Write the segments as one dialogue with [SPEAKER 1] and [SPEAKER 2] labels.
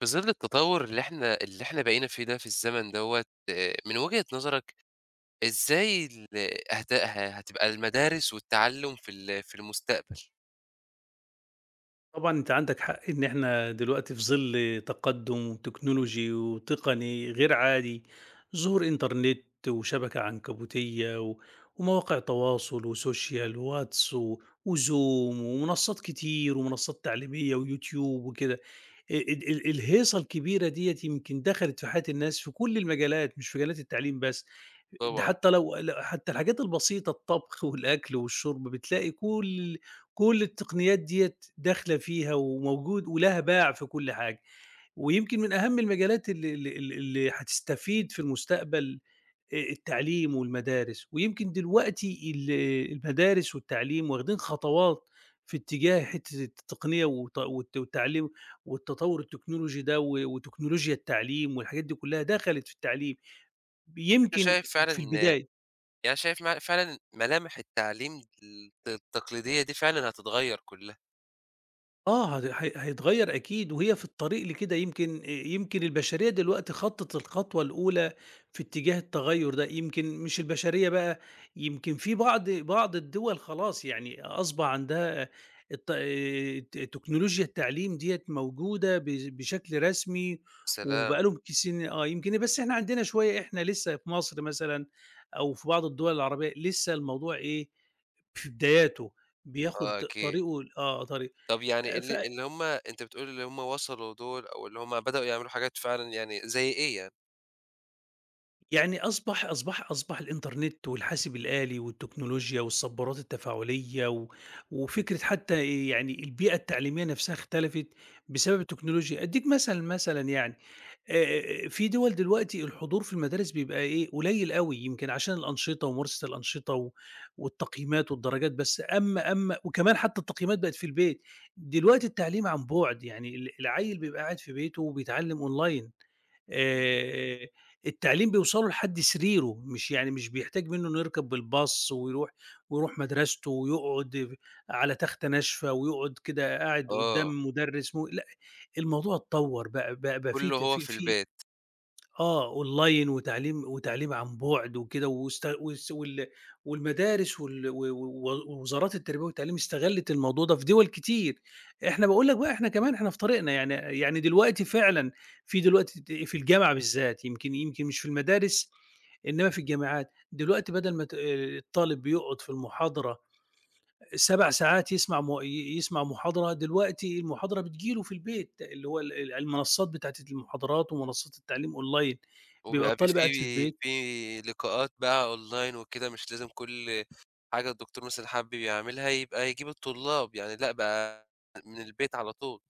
[SPEAKER 1] في ظل التطور اللي إحنا بقينا فيه ده في الزمن دوّة، من وجهة نظرك إزاي ال هت هتبقى المدارس والتعلُّم في المستقبل؟
[SPEAKER 2] طبعًا أنت عندك حق إن إحنا دلوقتي في ظِل تقدُّم تكنولوجي وتقني غير عادي، ظهور إنترنت وشبكة عنكبوتية و ومواقع تواصل وسوشيال وواتس و وZoom ومنصّات كتير ومنصّات تعليمية ويوتيوب وكده. ال ال الهيصة الكبيرة ديّة يمكن دخلت في حياة الناس في كل المجالات، مش في مجالات التعليم بس، ده
[SPEAKER 1] طبعًا،
[SPEAKER 2] حتّى لو ل حتّى الحاجات البسيطة، الطبخ والأكل والشُرب، بتلاقي كل التقنيات ديّة داخلة فيها وموجود ولها باع في كل حاجة. ويمكن من أهم المجالات اللي هتستفيد في المستقبل التعليم والمدارس، ويمكن دلوقتي المدارس والتعليم واخدين خطوات في اتجاه حتّة التقنية وت والت والتعليم والتطوّر التكنولوجي ده، و وتكنولوجيا التعليم والحاجات دي كلّها دخلت في التعليم،
[SPEAKER 1] أنت
[SPEAKER 2] يمكن
[SPEAKER 1] شايف فعلًا،
[SPEAKER 2] في
[SPEAKER 1] يعني
[SPEAKER 2] البداية.
[SPEAKER 1] أنا شايف فعلًا ملامح التعليم التقليدية دي فعلًا هتتغيّر كلّها.
[SPEAKER 2] آه، هي هيتغيّر أكيد، وهي في الطريق لكده، يمكن يمكن البشرية دلوقتي خطّت الخطوة الأولى في اتجاه التغيُّر ده، يمكن مش البشرية بقى، يمكن في بعض الدول خلاص يعني أصبح عندها الت ت تكنولوجيا التعليم ديّة موجودة ب بشكل رسمي، وبقى
[SPEAKER 1] سلام!
[SPEAKER 2] لهم ك سن آه، يمكن، بس إحنا عندنا شوية، إحنا لسه في مصر مثلًا أو في بعض الدول العربية لسه الموضوع إيه، في بداياته، بياخُد
[SPEAKER 1] آه أكيد.
[SPEAKER 2] طريقه ال آه، طريق
[SPEAKER 1] طَب يعني
[SPEAKER 2] ف
[SPEAKER 1] اللي هم أنت بتقول اللي هم وصلوا دول أو اللي هم بدأوا يعملوا حاجات فعلًا يعني زي إيه يعني؟
[SPEAKER 2] يعني أصبح الإنترنت والحاسب الآلي والتكنولوجيا والصبارات التفاعلية، و... وفكرة حتى يعني البيئة التعليمية نفسها اختلفت بسبب التكنولوجيا. أديك مثلا يعني، في دول دلوقتي الحضور في المدارس بيبقى إيه، قليل أوي، يمكن عشان الأنشطة وممارسة الأنشطة و والتقييمات والدرجات بس، أمّا وكمان حتى التقييمات بقت في البيت، دلوقتي التعليم عن بُعد، يعني العيّل بيبقى قاعد في بيته وبيتعلم أونلاين، آآ، التعليم بيوصله لحد سريره، مش يعني مش بيحتاج منه إنه يركب بالباص ويروح مدرسته ويقعد على تختة ناشفة ويقعد كده قاعد
[SPEAKER 1] آه،
[SPEAKER 2] قدّام مدرس، مو لأ، الموضوع اتطوّر بقى بقى بقى في
[SPEAKER 1] كلّه
[SPEAKER 2] ت
[SPEAKER 1] هو
[SPEAKER 2] في
[SPEAKER 1] في
[SPEAKER 2] في
[SPEAKER 1] البيت.
[SPEAKER 2] آه، أونلاين وتعليم وتعليم عن بُعد وكده واست والس وال والمدارس وال و و ووزارات التربية والتعليم استغلِّت الموضوع ده في دِوَل كتير. إحنا باقول لك بقى إحنا كمان إحنا في طريقنا، يعني دلوقتي فعلًا في دلوقتي ت في الجامعة بالذات، يمكن مش في المدارس، إنما في الجامعات. دلوقتي بدل ما ت آه، الطالب بيقعد في المحاضرة 7 ساعات، يسمع محاضرة، دلوقتي المحاضرة بتيجي له في البيت، اللي هو ال ال المنصات بتاعة المحاضرات ومنصات التعليم أونلاين، بيبقى
[SPEAKER 1] وبيبقى ب
[SPEAKER 2] الطالب قاعد في
[SPEAKER 1] في
[SPEAKER 2] البيت
[SPEAKER 1] في لقاءات بقى أونلاين وكده، مش لازم كل حاجة الدكتور مثلًا حابب يعملها يبقى يجيب الطلاب، يعني لأ بقى من البيت على طول.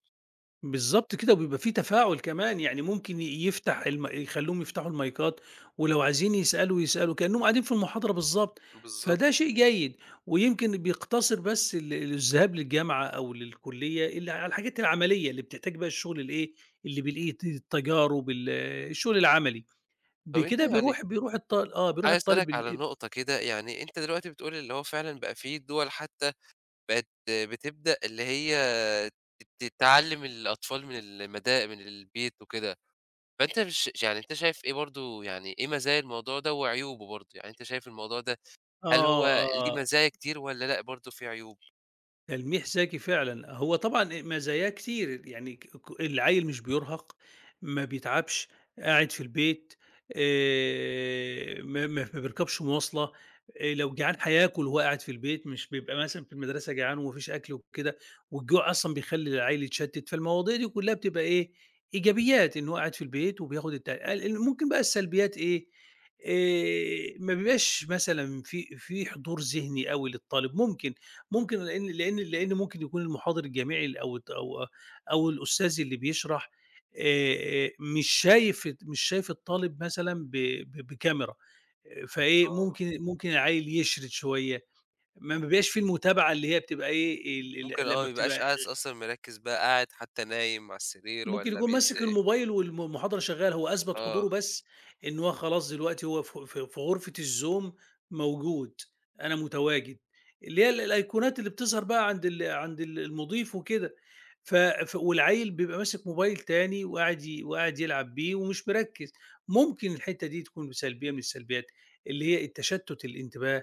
[SPEAKER 2] بالضبط كده، وبيبقى في تفاعل كمان، يعني ممكن ي يفتح الم يخلّوهم يفتحوا المايكات، ولو عايزين يسألوا يسألوا، كأنهم قاعدين في المحاضرة بالضبط، فده
[SPEAKER 1] بالضبط.
[SPEAKER 2] شيء جيد. ويمكن بيقتصر بس الذهاب للجامعة أو للكلية اللي على الحاجات العملية اللي بتحتاج بقى الشغل الإيه، اللي بالإيد، التجارب، الشغل العملي.
[SPEAKER 1] طَب أنت
[SPEAKER 2] بكده
[SPEAKER 1] يعني
[SPEAKER 2] بيروح
[SPEAKER 1] عايز أسألك
[SPEAKER 2] الطالب
[SPEAKER 1] على
[SPEAKER 2] ال
[SPEAKER 1] نقطة كده، يعني أنت دلوقتي بتقول اللي هو فعلًا بقى في دول حتى بقت بتبدأ اللي هي تعلِّم الأطفال من البيت وكده، فأنت مش يعني أنت شايف إيه برضه يعني إيه مزايا الموضوع ده وعيوبه برضه؟ يعني أنت شايف الموضوع ده
[SPEAKER 2] آه،
[SPEAKER 1] هل هو
[SPEAKER 2] آه،
[SPEAKER 1] ليه
[SPEAKER 2] آه.
[SPEAKER 1] مزايا كتير والّا لأ برضه فيه عيوب؟
[SPEAKER 2] تلميح ذكي فعلًا، هو طبعًا مزاياه كتير، يعني ك ك العيّل مش بيُرهق، ما بيتعبش، قاعد في البيت، ما بيركبش مواصلة، لو جعان هياكل وهو قاعد في البيت، مش بيبقى مثلًا في المدرسة جعان وما فيش أكل وكده، والجوع أصلًا بيخلّي العيّل يتشتِّت، فالمواضيع دي كلّها بتبقى إيه، إيجابيات إن هو قاعد في البيت وبياخد الت ال ال ممكن بقى السلبيات إيه، ما بيبقاش مثلًا في في حضور ذهني أوي للطالب، ممكن، ممكن لإن ممكن يكون المحاضر الجامعي أو أو الأستاذ اللي بيشرح، مش شايف الطالب مثلًا ب ب بكاميرا، فإيه
[SPEAKER 1] آه،
[SPEAKER 2] ممكن العيّل يشرد شوية، ما بيبقاش في المتابعة اللي هي بتبقى إيه ال
[SPEAKER 1] ممكن،
[SPEAKER 2] ال لمّا
[SPEAKER 1] ما يبقاش
[SPEAKER 2] بتبقى،
[SPEAKER 1] قاعد أصلًا مركّز بقى، قاعد حتى نايم على السرير
[SPEAKER 2] ممكن
[SPEAKER 1] والّا
[SPEAKER 2] يكون
[SPEAKER 1] بيت.
[SPEAKER 2] ماسك الموبايل المحاضرة شغالة، هو أثبت
[SPEAKER 1] آه،
[SPEAKER 2] حضوره بس، إن هو خلاص دلوقتي هو في غرفة الZoom موجود، أنا متواجد، اللي هي الأيقونات اللي بتظهر بقى عند المضيف وكده، ف ف والعيل بيبقى ماسك موبايل تاني وقاعد يلعب بيه ومش مركّز، ممكن الحتّة دي تكون سلبية من السلبيات، اللي هي التشتت الانتباه،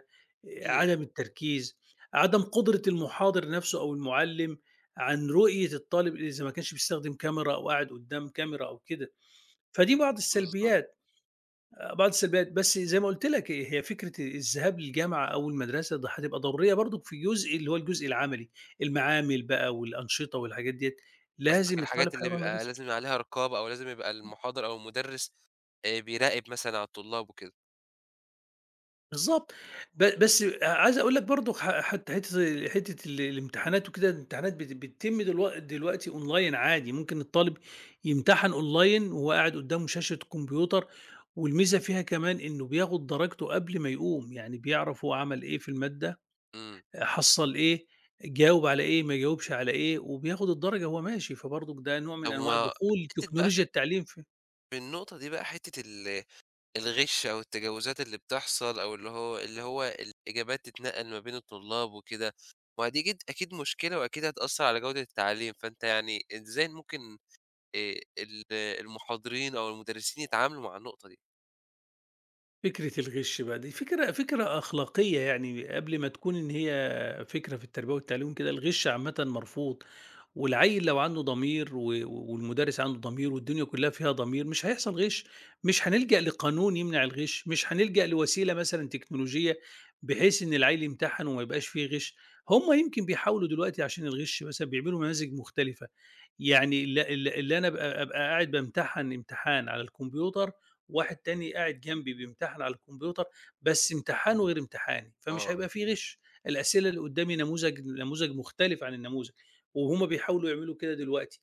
[SPEAKER 1] أكيد،
[SPEAKER 2] عدم التركيز، عدم قدرة المحاضر نفسه أو المعلم عن رؤية الطالب إذا ما كانش بيستخدم كاميرا أو قاعد قدام كاميرا أو كده. فدي بعض
[SPEAKER 1] بالضبط.
[SPEAKER 2] السلبيات، بعض السلبيات، بس زي ما قُلت لك، هي فكرة الذهاب للجامعة أو المدرسة ده هتبقى ضرورية برضك في جزء اللي هو الجزء العملي، المعامل بقى والأنشطة والحاجات ديّة، لازم
[SPEAKER 1] قصدك
[SPEAKER 2] الطالب
[SPEAKER 1] الحاجات اللي
[SPEAKER 2] هيروح
[SPEAKER 1] بيبقى
[SPEAKER 2] المدرسة.
[SPEAKER 1] لازم عليها رقابة أو لازم يبقى المُحاضر أو المُدرِّس بيراقب مثلًا على الطلاب وكده.
[SPEAKER 2] بالضبط. بس عايز أقول لك برضه ح حتى حتّة حتّة ال الامتحانات وكده، الامتحانات بتتم دلوقتي أونلاين عادي، ممكن الطالب يمتحن أونلاين وهو قاعد قدّامه شاشة كمبيوتر، والميزة فيها كمان إنه بياخد درجته قبل ما يقوم، يعني بيعرف هو عمل إيه في المادة،
[SPEAKER 1] إمم،
[SPEAKER 2] حصّل إيه، جاوب على إيه، ما جاوبش على إيه، وبياخد الدرجة وهو ماشي، فبرضك ده نوع من
[SPEAKER 1] طب
[SPEAKER 2] أنواع
[SPEAKER 1] وما
[SPEAKER 2] دخول
[SPEAKER 1] حتّة بقى في
[SPEAKER 2] تكنولوجيا التعليم. في
[SPEAKER 1] في النقطة دي بقى، حتّة الغِش أو التجاوزات اللي بتحصل أو اللي هو الإجابات تتنقّل ما بين الطلاب وكده، ودي جد أكيد مشكلة وأكيد هتأثّر على جودة التعليم، فأنت يعني إزاي ممكن ال المُحاضرين أو المُدرّسين يتعاملوا مع النقطة دي؟
[SPEAKER 2] فكرة الغِش بقى، دي فكرة أخلاقية يعني قبل ما تكون إن هي فكرة في التربية والتعليم كده، الغِش عامةً مرفوض، والعيّل لو عنده ضمير و والمدرس عنده ضمير والدنيا كلّها فيها ضمير، مش هيحصل غِش، مش هنلجأ لقانون يمنع الغِش، مش هنلجأ لوسيلة مثلًا تكنولوجية بحيث إن العيّل يمتحن وما يبقاش فيه غِش، هم يمكن بيحاولوا دلوقتي عشان الغِش مثلًا بيعملوا نماذج مختلفة. يعني ال ال اللي أنا أبقى أبقى قاعد بامتحن امتحان على الكمبيوتر، واحد تاني قاعد جنبي بيمتحن على الكمبيوتر، بس امتحانه غير امتحاني، فمش
[SPEAKER 1] آه،
[SPEAKER 2] هيبقى في غش، الأسئلة اللي قدامي نموذج، نموذج مختلف عن النموذج، وهُم بيحاولوا يعملوا كده دلوقتي.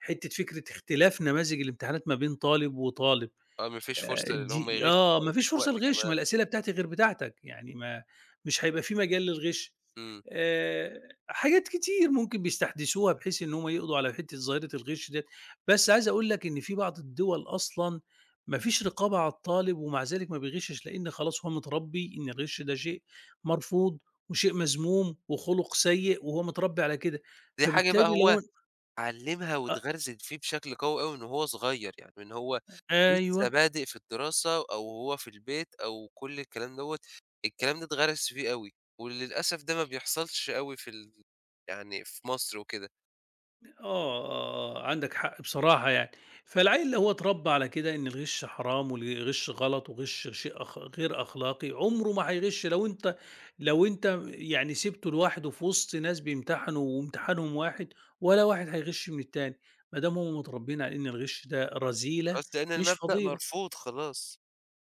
[SPEAKER 2] حتّة فكرة اختلاف نماذج الامتحانات ما بين طالب وطالب،
[SPEAKER 1] آه، ما فيش فرصة اللي هم
[SPEAKER 2] دي
[SPEAKER 1] يغِشّوا
[SPEAKER 2] آه،
[SPEAKER 1] أو
[SPEAKER 2] ما
[SPEAKER 1] ما
[SPEAKER 2] فيش
[SPEAKER 1] فيش وقت
[SPEAKER 2] فرصة لغِش، ما
[SPEAKER 1] كمان.
[SPEAKER 2] الأسئلة بتاعتي غير بتاعتك، يعني ما مش هيبقى في مجال للغِش.
[SPEAKER 1] إمم،
[SPEAKER 2] آآ حاجات كتير ممكن بيستحدثوها بحيث إن هم يقضوا على حتّة ظاهرة الغِش ديّة، بس عايز أقول لك إن في بعض الدول أصلًا ما فيش رقابة على الطالب ومع ذلك ما بيغِشّش، لإن خلاص هو متربّي إن الغِش ده شيء مرفوض وشيء مذموم وخُلُق سيء وهو متربّي على كده،
[SPEAKER 1] دي حاجة بقى
[SPEAKER 2] فبالتالي
[SPEAKER 1] هو
[SPEAKER 2] لو
[SPEAKER 1] علّمها
[SPEAKER 2] أ
[SPEAKER 1] واتغرزِت فيه بشكل قوي أوي من وهو صغير، يعني من هو لسه
[SPEAKER 2] أيوه.
[SPEAKER 1] بادئ في الدراسة أو وهو في البيت أو كل الكلام دوّة، الكلام ده اتغرس فيه أوي، وللأسف ده ما بيحصلش أوي في ال يعني في مصر وكده.
[SPEAKER 2] آه، آه، آه، عندك حق بصراحة يعني، فالعيل اللي هو اتربى على كده إن الغِش حرام والغِش غلط وغِش شيء غير أخلاقي، عمره ما هيغِش، لو أنت لو أنت يعني سِبته لوحده في وسط ناس بيمتحنوا وامتحانهم واحد، ولا واحد هيغِش من التاني، ما دام هم متربيين على إن الغِش ده رذيلة
[SPEAKER 1] خلاص لإن
[SPEAKER 2] مش
[SPEAKER 1] المبدأ
[SPEAKER 2] فضيلة.
[SPEAKER 1] مرفوض خلاص،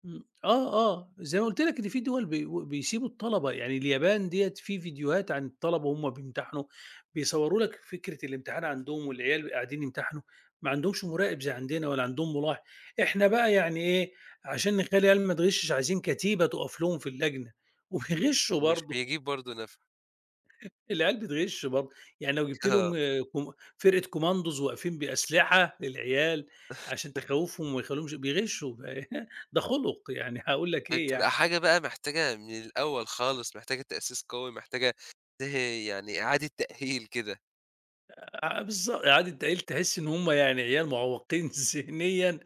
[SPEAKER 2] إمم، آه، آه، زي ما قُلت لك إن في دول بيسيبوا الطلبة، يعني اليابان ديّة في فيديوهات عن الطلبة وهُم بيمتحنوا، بيصوروا لك فكرة الامتحان عندهم والعيال قاعدين يمتحنوا، ما عندهمش مراقب زي عندنا ولا عندهم ملاحق، إحنا بقى يعني إيه، عشان نخلّي العيال ما تغشش عايزين كتيبة تُقف لهم في اللجنة، وبيغشوا
[SPEAKER 1] ومش
[SPEAKER 2] برضه،
[SPEAKER 1] بيجيب برضه نَفْع.
[SPEAKER 2] العيال بتغش برضه، يعني لو جبت
[SPEAKER 1] آه،
[SPEAKER 2] لهم آه، كوم فرقة كوماندوز واقفين بأسلحة للعيال عشان تخوّفهم وما يخلّيهمش بيغشوا، ده خُلُق يعني هاقول لك
[SPEAKER 1] دي
[SPEAKER 2] إيه يعني.
[SPEAKER 1] بتبقى حاجة بقى محتاجة من الأول خالص، محتاجة تأسيس قوي، محتاجة ت يعني إعادة تأهيل كده،
[SPEAKER 2] آه، بالضبط، إعادة تقييم، تحس إن هم يعني عيال معوّقين ذهنيًا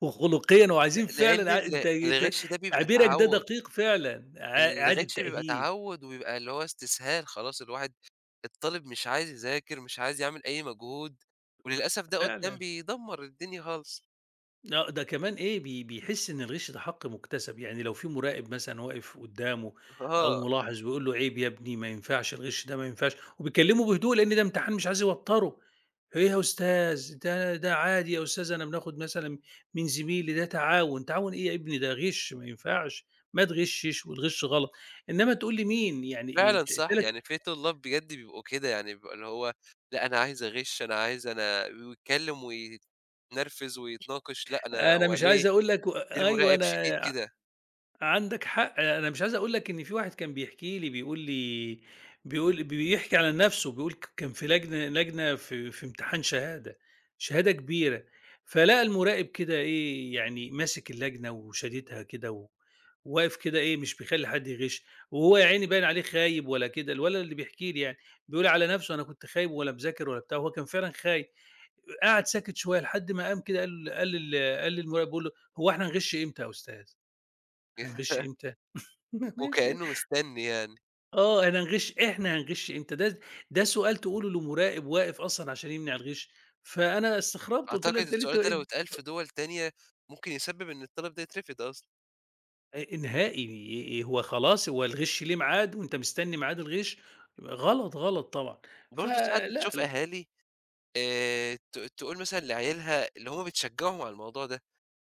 [SPEAKER 2] وخلقيًا
[SPEAKER 1] ل
[SPEAKER 2] وعايزين
[SPEAKER 1] لإن
[SPEAKER 2] فعلًا ع
[SPEAKER 1] ال
[SPEAKER 2] أنت د
[SPEAKER 1] الغش ده بيبقى
[SPEAKER 2] تعبيرك ده
[SPEAKER 1] تعوّد.
[SPEAKER 2] دقيق فعلًا، إعادة
[SPEAKER 1] الغش بيبقى
[SPEAKER 2] تأهيل
[SPEAKER 1] تعوّد وبيبقى اللي هو استسهال خلاص، الطالب مش عايز يذاكر، مش عايز يعمل أي مجهود، وللأسف ده قدّام
[SPEAKER 2] فعلًا،
[SPEAKER 1] بيدمّر الدنيا خالص.
[SPEAKER 2] آه، ده كمان إيه بيحس إن الغش ده حق مُكتسب، يعني لو في مراقب مثلًا واقف قدّامه أو
[SPEAKER 1] آه،
[SPEAKER 2] ملاحظ ويقول له: "عيب يا ابني ما ينفعش، الغش ده ما ينفعش." وبيكلمه بهدوء لأن ده امتحان مش عايز يوتّره. إيه يا أستاذ؟ ده عادي يا أستاذ، أنا بناخد مثلًا من زميلي، ده تعاون. تعاون إيه يا ابني، ده غِش ما ينفعش، ما تغِشِّش والغِش غلط، إنّما تقول لي مين يعني إيه
[SPEAKER 1] فعلًا صح،
[SPEAKER 2] تلات.
[SPEAKER 1] يعني في طلاب بجد بيبقوا كده، يعني بيبقى اللي هو لأ أنا عايز أغش، أنا عايز أنا، ويتكلّم ويتنرفز ويتناقش، لأ أنا
[SPEAKER 2] أنا
[SPEAKER 1] هو
[SPEAKER 2] مش
[SPEAKER 1] ليه
[SPEAKER 2] عايز أقول لك
[SPEAKER 1] ليه
[SPEAKER 2] أيوه
[SPEAKER 1] المراقب شديد
[SPEAKER 2] أنا،
[SPEAKER 1] كده؟
[SPEAKER 2] عندك حق، أنا مش عايز أقول لك إن في واحد كان بيحكي لي بيقول لي بيقول بيحكي على نَفْسه، بيقول كان في لجنة في امتحان شهادة، شهادة كبيرة، فلقى المُراقب كده إيه، يعني ماسك اللجنة وشاددها كده، و وواقف كده إيه، مش بيخلّي حد يغِش، وهو يا عيني باين عليه خايب ولا كده، الولد اللي بيحكي لي يعني، بيقول على نَفْسه أنا كنت خايب ولا مذاكر ولا بتاع، هو كان فعلًا خايب، قعد ساكت شوية لحد ما قام كده قال للمُراقب بيقول له: "هو إحنا هنغِش إمتى يا أستاذ، هنغِش إمتى؟" معلش.
[SPEAKER 1] وكإنّه مستني يعني.
[SPEAKER 2] آه، أنا هنغِش، إحنا هنغِش إمتى، ده ده سؤال تقوله لمراقب واقف أصلًا عشان يمنع الغِش، فأنا استغربت قُلت له:
[SPEAKER 1] أعتقد
[SPEAKER 2] "أنت ليه ت
[SPEAKER 1] السؤال ده لو اتقال في دُوَل تانية ممكن يسبب إن الطالب ده يترفض أصلًا.
[SPEAKER 2] أ نهائي، هو خلاص، هو الغِش ليه ميعاد وأنت مستني ميعاد الغِش؟" غلط، غلط طبعًا.
[SPEAKER 1] برضه ساعات
[SPEAKER 2] فلأ،
[SPEAKER 1] بتشوف
[SPEAKER 2] لأ،
[SPEAKER 1] أهالي ت تقول مثلًا لعيالها اللي هم بتشجّعهم على الموضوع ده،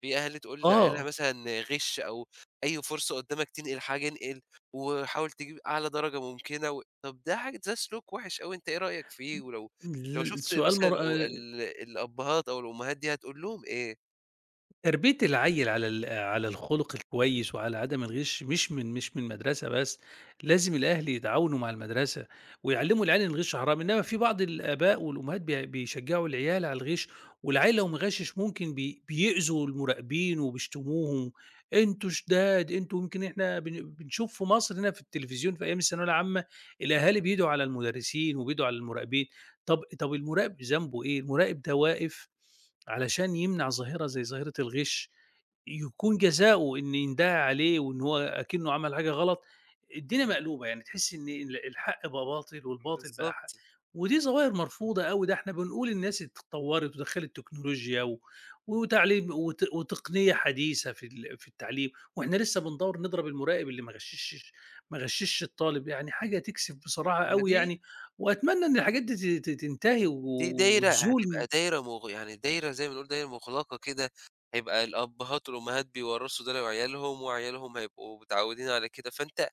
[SPEAKER 1] في أهل تقول لعيالها
[SPEAKER 2] آه،
[SPEAKER 1] مثلًا غِش أو أي فرصة قدّامك تنقل حاجة انقل، وحاول تجيب أعلى درجة ممكنة و طَب ده حاجة ده سلوك وِحِش أوي، أنت إيه رأيك فيه؟ ولو
[SPEAKER 2] ل
[SPEAKER 1] شُفت
[SPEAKER 2] سؤال
[SPEAKER 1] مثلًا
[SPEAKER 2] مر
[SPEAKER 1] الأو
[SPEAKER 2] آه،
[SPEAKER 1] ال الأبّهات أو الأمهات دي هتقول لهم إيه؟
[SPEAKER 2] تربية العيّل على على الخُلق الكويس وعلى عدم الغِش مش من مش من مدرسة بس، لازم الأهل يتعاونوا مع المدرسة ويعلّموا العيال إن الغِش حرام، إنّما في بعض الآباء والأمهات بيشجّعوا العيال على الغِش، والعيّل لو مغشِّش ممكن بيؤذوا المُراقبين وبيشتموهم، أنتم شِداد، أنتم، يمكن إحنا بنشوف في مصر هنا في التلفزيون في أيام الثانوية العامة الأهالي بيدعوا على المدرسين وبيدعوا على المُراقبين، طَب المُراقب ذنبه إيه؟ المُراقب ده واقف علشان يمنع ظاهرة زي ظاهرة الغِش، يكون جزاؤه إن يندَّهى عليه وإن هو أكنه عمل حاجة غلط، الدنيا مقلوبة، يعني تحسّي إن الحق بقى باطل والباطل بقى حق،
[SPEAKER 1] بالضبط،
[SPEAKER 2] ودي ظواهر مرفوضة أوي، ده إحنا بنقول الناس اتطوّرت ودخّلت تكنولوجيا و وتعليم وتقنية حديثة في التعليم، وإحنا لسّه بندوّر نضرب المُراقب اللي ما غشّشش الطالب، يعني حاجة تكسف بصراحة
[SPEAKER 1] طَب ما
[SPEAKER 2] أوي
[SPEAKER 1] دي
[SPEAKER 2] يعني، وأتمنى إن الحاجات دي ت ت تنتهي و
[SPEAKER 1] دي دايرة
[SPEAKER 2] وتزول
[SPEAKER 1] هتبقى دايرة مغ يعني دايرة زي ما بنقول دايرة مُغلقة كده، هيبقى الأبّهات والأمهات بيورّثوا ده لعيالهم، وعيالهم هيبقوا متعوّدين على كده، فأنت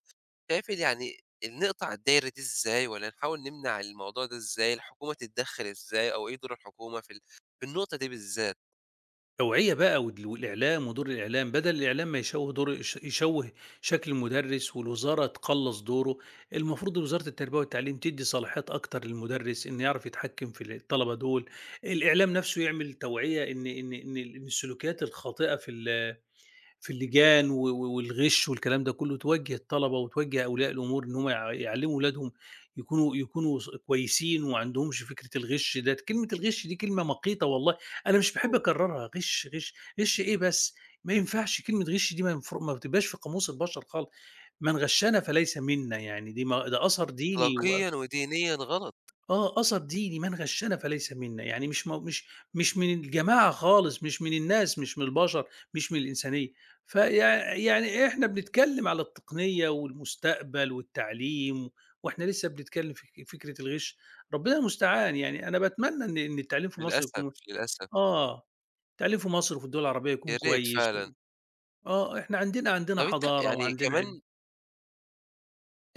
[SPEAKER 1] شايف يعني نقطع الدايرة دي إزاي والّا نحاول نمنع الموضوع ده إزاي، الحكومة تتدخّل إزاي أو إيه دور الحكومة في النقطة دي بالذات؟
[SPEAKER 2] توعية بقى، والإعلام ودور الإعلام، بدل الإعلام ما يشوّه دور يشوّه شكل المدرس والوزارة تقلّص دوره، المفروض وزارة التربية والتعليم تدّي صلاحيات أكتر للمدرس إنه يعرف يتحكّم في الطلبة دول، الإعلام نَفْسه يعمل توعية إن إن إن ال إن السلوكيات الخاطئة في في اللجان و و والغش والكلام ده كله، توجّه الطلبة وتوجّه أولياء الأمور إن هم يعلّموا ولادهم يكونوا يكونوا ص كويسين وما عندهمش فكرة الغش ده، كلمة الغش دي كلمة مقيتة والله، أنا مش باحب
[SPEAKER 1] مضبوط.
[SPEAKER 2] أكرّرها، غش، غش، غش إيه بس؟ ما ينفعش كلمة غش دي، ما ينفر ما بتبقاش في قاموس البشر خالص، "من غشّنا فليس منا"، يعني دي ما ده أثر ديني، و
[SPEAKER 1] أخلاقيًا ودينيًا غلط،
[SPEAKER 2] آه، أثر ديني، "من غشَّنا فليس منا." يعني مش مو مش مش من الجماعة خالص، مش من الناس، مش من البشر، مش من الإنسانية. فيع يعني إحنا بنتكلّم على التقنية والمستقبل والتعليم، وإحنا لسه بنتكلّم في فكرة الغِش، ربنا المستعان. يعني أنا باتمنى إن التعليم في مصر
[SPEAKER 1] للأسف،
[SPEAKER 2] يكون،
[SPEAKER 1] للأسف،
[SPEAKER 2] آه، التعليم في مصر وفي الدول العربية
[SPEAKER 1] يا
[SPEAKER 2] يكون
[SPEAKER 1] ريت
[SPEAKER 2] كويس،
[SPEAKER 1] فعلًا.
[SPEAKER 2] و آه، إحنا عندنا
[SPEAKER 1] طب أنت
[SPEAKER 2] حضارة
[SPEAKER 1] يعني
[SPEAKER 2] وعندنا علم.
[SPEAKER 1] كمان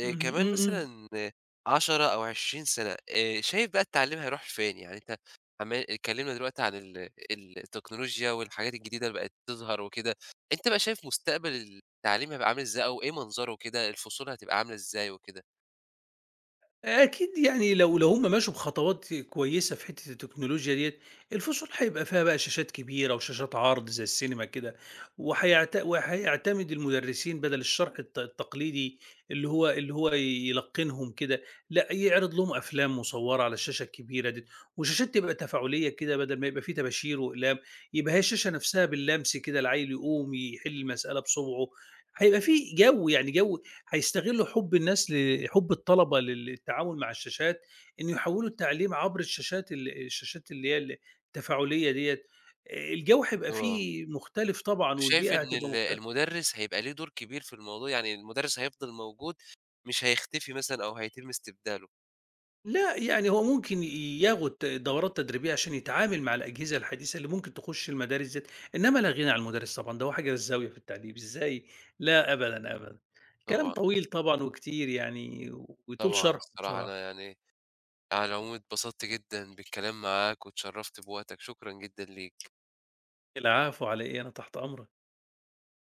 [SPEAKER 2] اهم،
[SPEAKER 1] كمان
[SPEAKER 2] إمم، إمم.
[SPEAKER 1] مثلًا 10 أو 20 سَنة، شايف بقى التعليم هيروح لفين؟ يعني أنت عمّال اتكلّمنا دلوقتي عن التكنولوجيا والحاجات الجديدة اللي بقت تظهر وكده، أنت بقى شايف مستقبل التعليم هيبقى عامل إزاي أو إيه منظره كده، الفصول هتبقى عاملة إزاي وكده؟
[SPEAKER 2] أكيد يعني، لو هم مشوا بخطوات كويسة في حتّة التكنولوجيا ديّة، الفصول هيبقى فيها بقى شاشات كبيرة وشاشات عرض زي السينما كده، وهيعتمد المدرسين بدل الشرح التقليدي اللي هو يلقّنهم كده، لأ يعرض لهم أفلام مصوّرة على الشاشة الكبيرة ديّة، وشاشات تبقى تفاعلية كده بدل ما يبقى في طباشير وأقلام، يبقى هي الشاشة نفسها باللمس كده العيل يقوم يحل المسألة بصبعه، هيبقى في جو، يعني هيستغلوا حُب الناس، حُب الطلبة لل للتعامل مع الشاشات، إن يحوّلوا التعليم عبر الشاشات الشاشات اللي هي التفاعلية ديّة، الجو هيبقى
[SPEAKER 1] آه.
[SPEAKER 2] فيه مختلف طبعًا
[SPEAKER 1] وشايف
[SPEAKER 2] والبيئة
[SPEAKER 1] إن
[SPEAKER 2] هتبقى مختلفة.
[SPEAKER 1] المُدرِّس هيبقى ليه دور كبير في الموضوع، يعني المُدرِّس هيفضل موجود مش هيختفي مثلًا أو هيتم استبداله؟
[SPEAKER 2] لأ، يعني هو ممكن ياخد دورات تدريبية عشان يتعامل مع الأجهزة الحديثة اللي ممكن تخُش المدارس ديّة، إنّما لا غِنى عن المدرس طبعًا، ده هو حجر الزاوية في التعليم، إزاي؟ لا أبدًا، أبدًا.
[SPEAKER 1] طبعًا،
[SPEAKER 2] كلام
[SPEAKER 1] آه.
[SPEAKER 2] طويل طبعًا وكتير يعني، ويطول
[SPEAKER 1] طبعًا
[SPEAKER 2] شرحه
[SPEAKER 1] الصراحة أنا
[SPEAKER 2] بصراحة.
[SPEAKER 1] يعني على العموم اتبسطت جدًا بالكلام معاك واتشرّفت بوقتك، شكرًا جدًا ليك.
[SPEAKER 2] العفو على إيه، أنا تحت أمرك.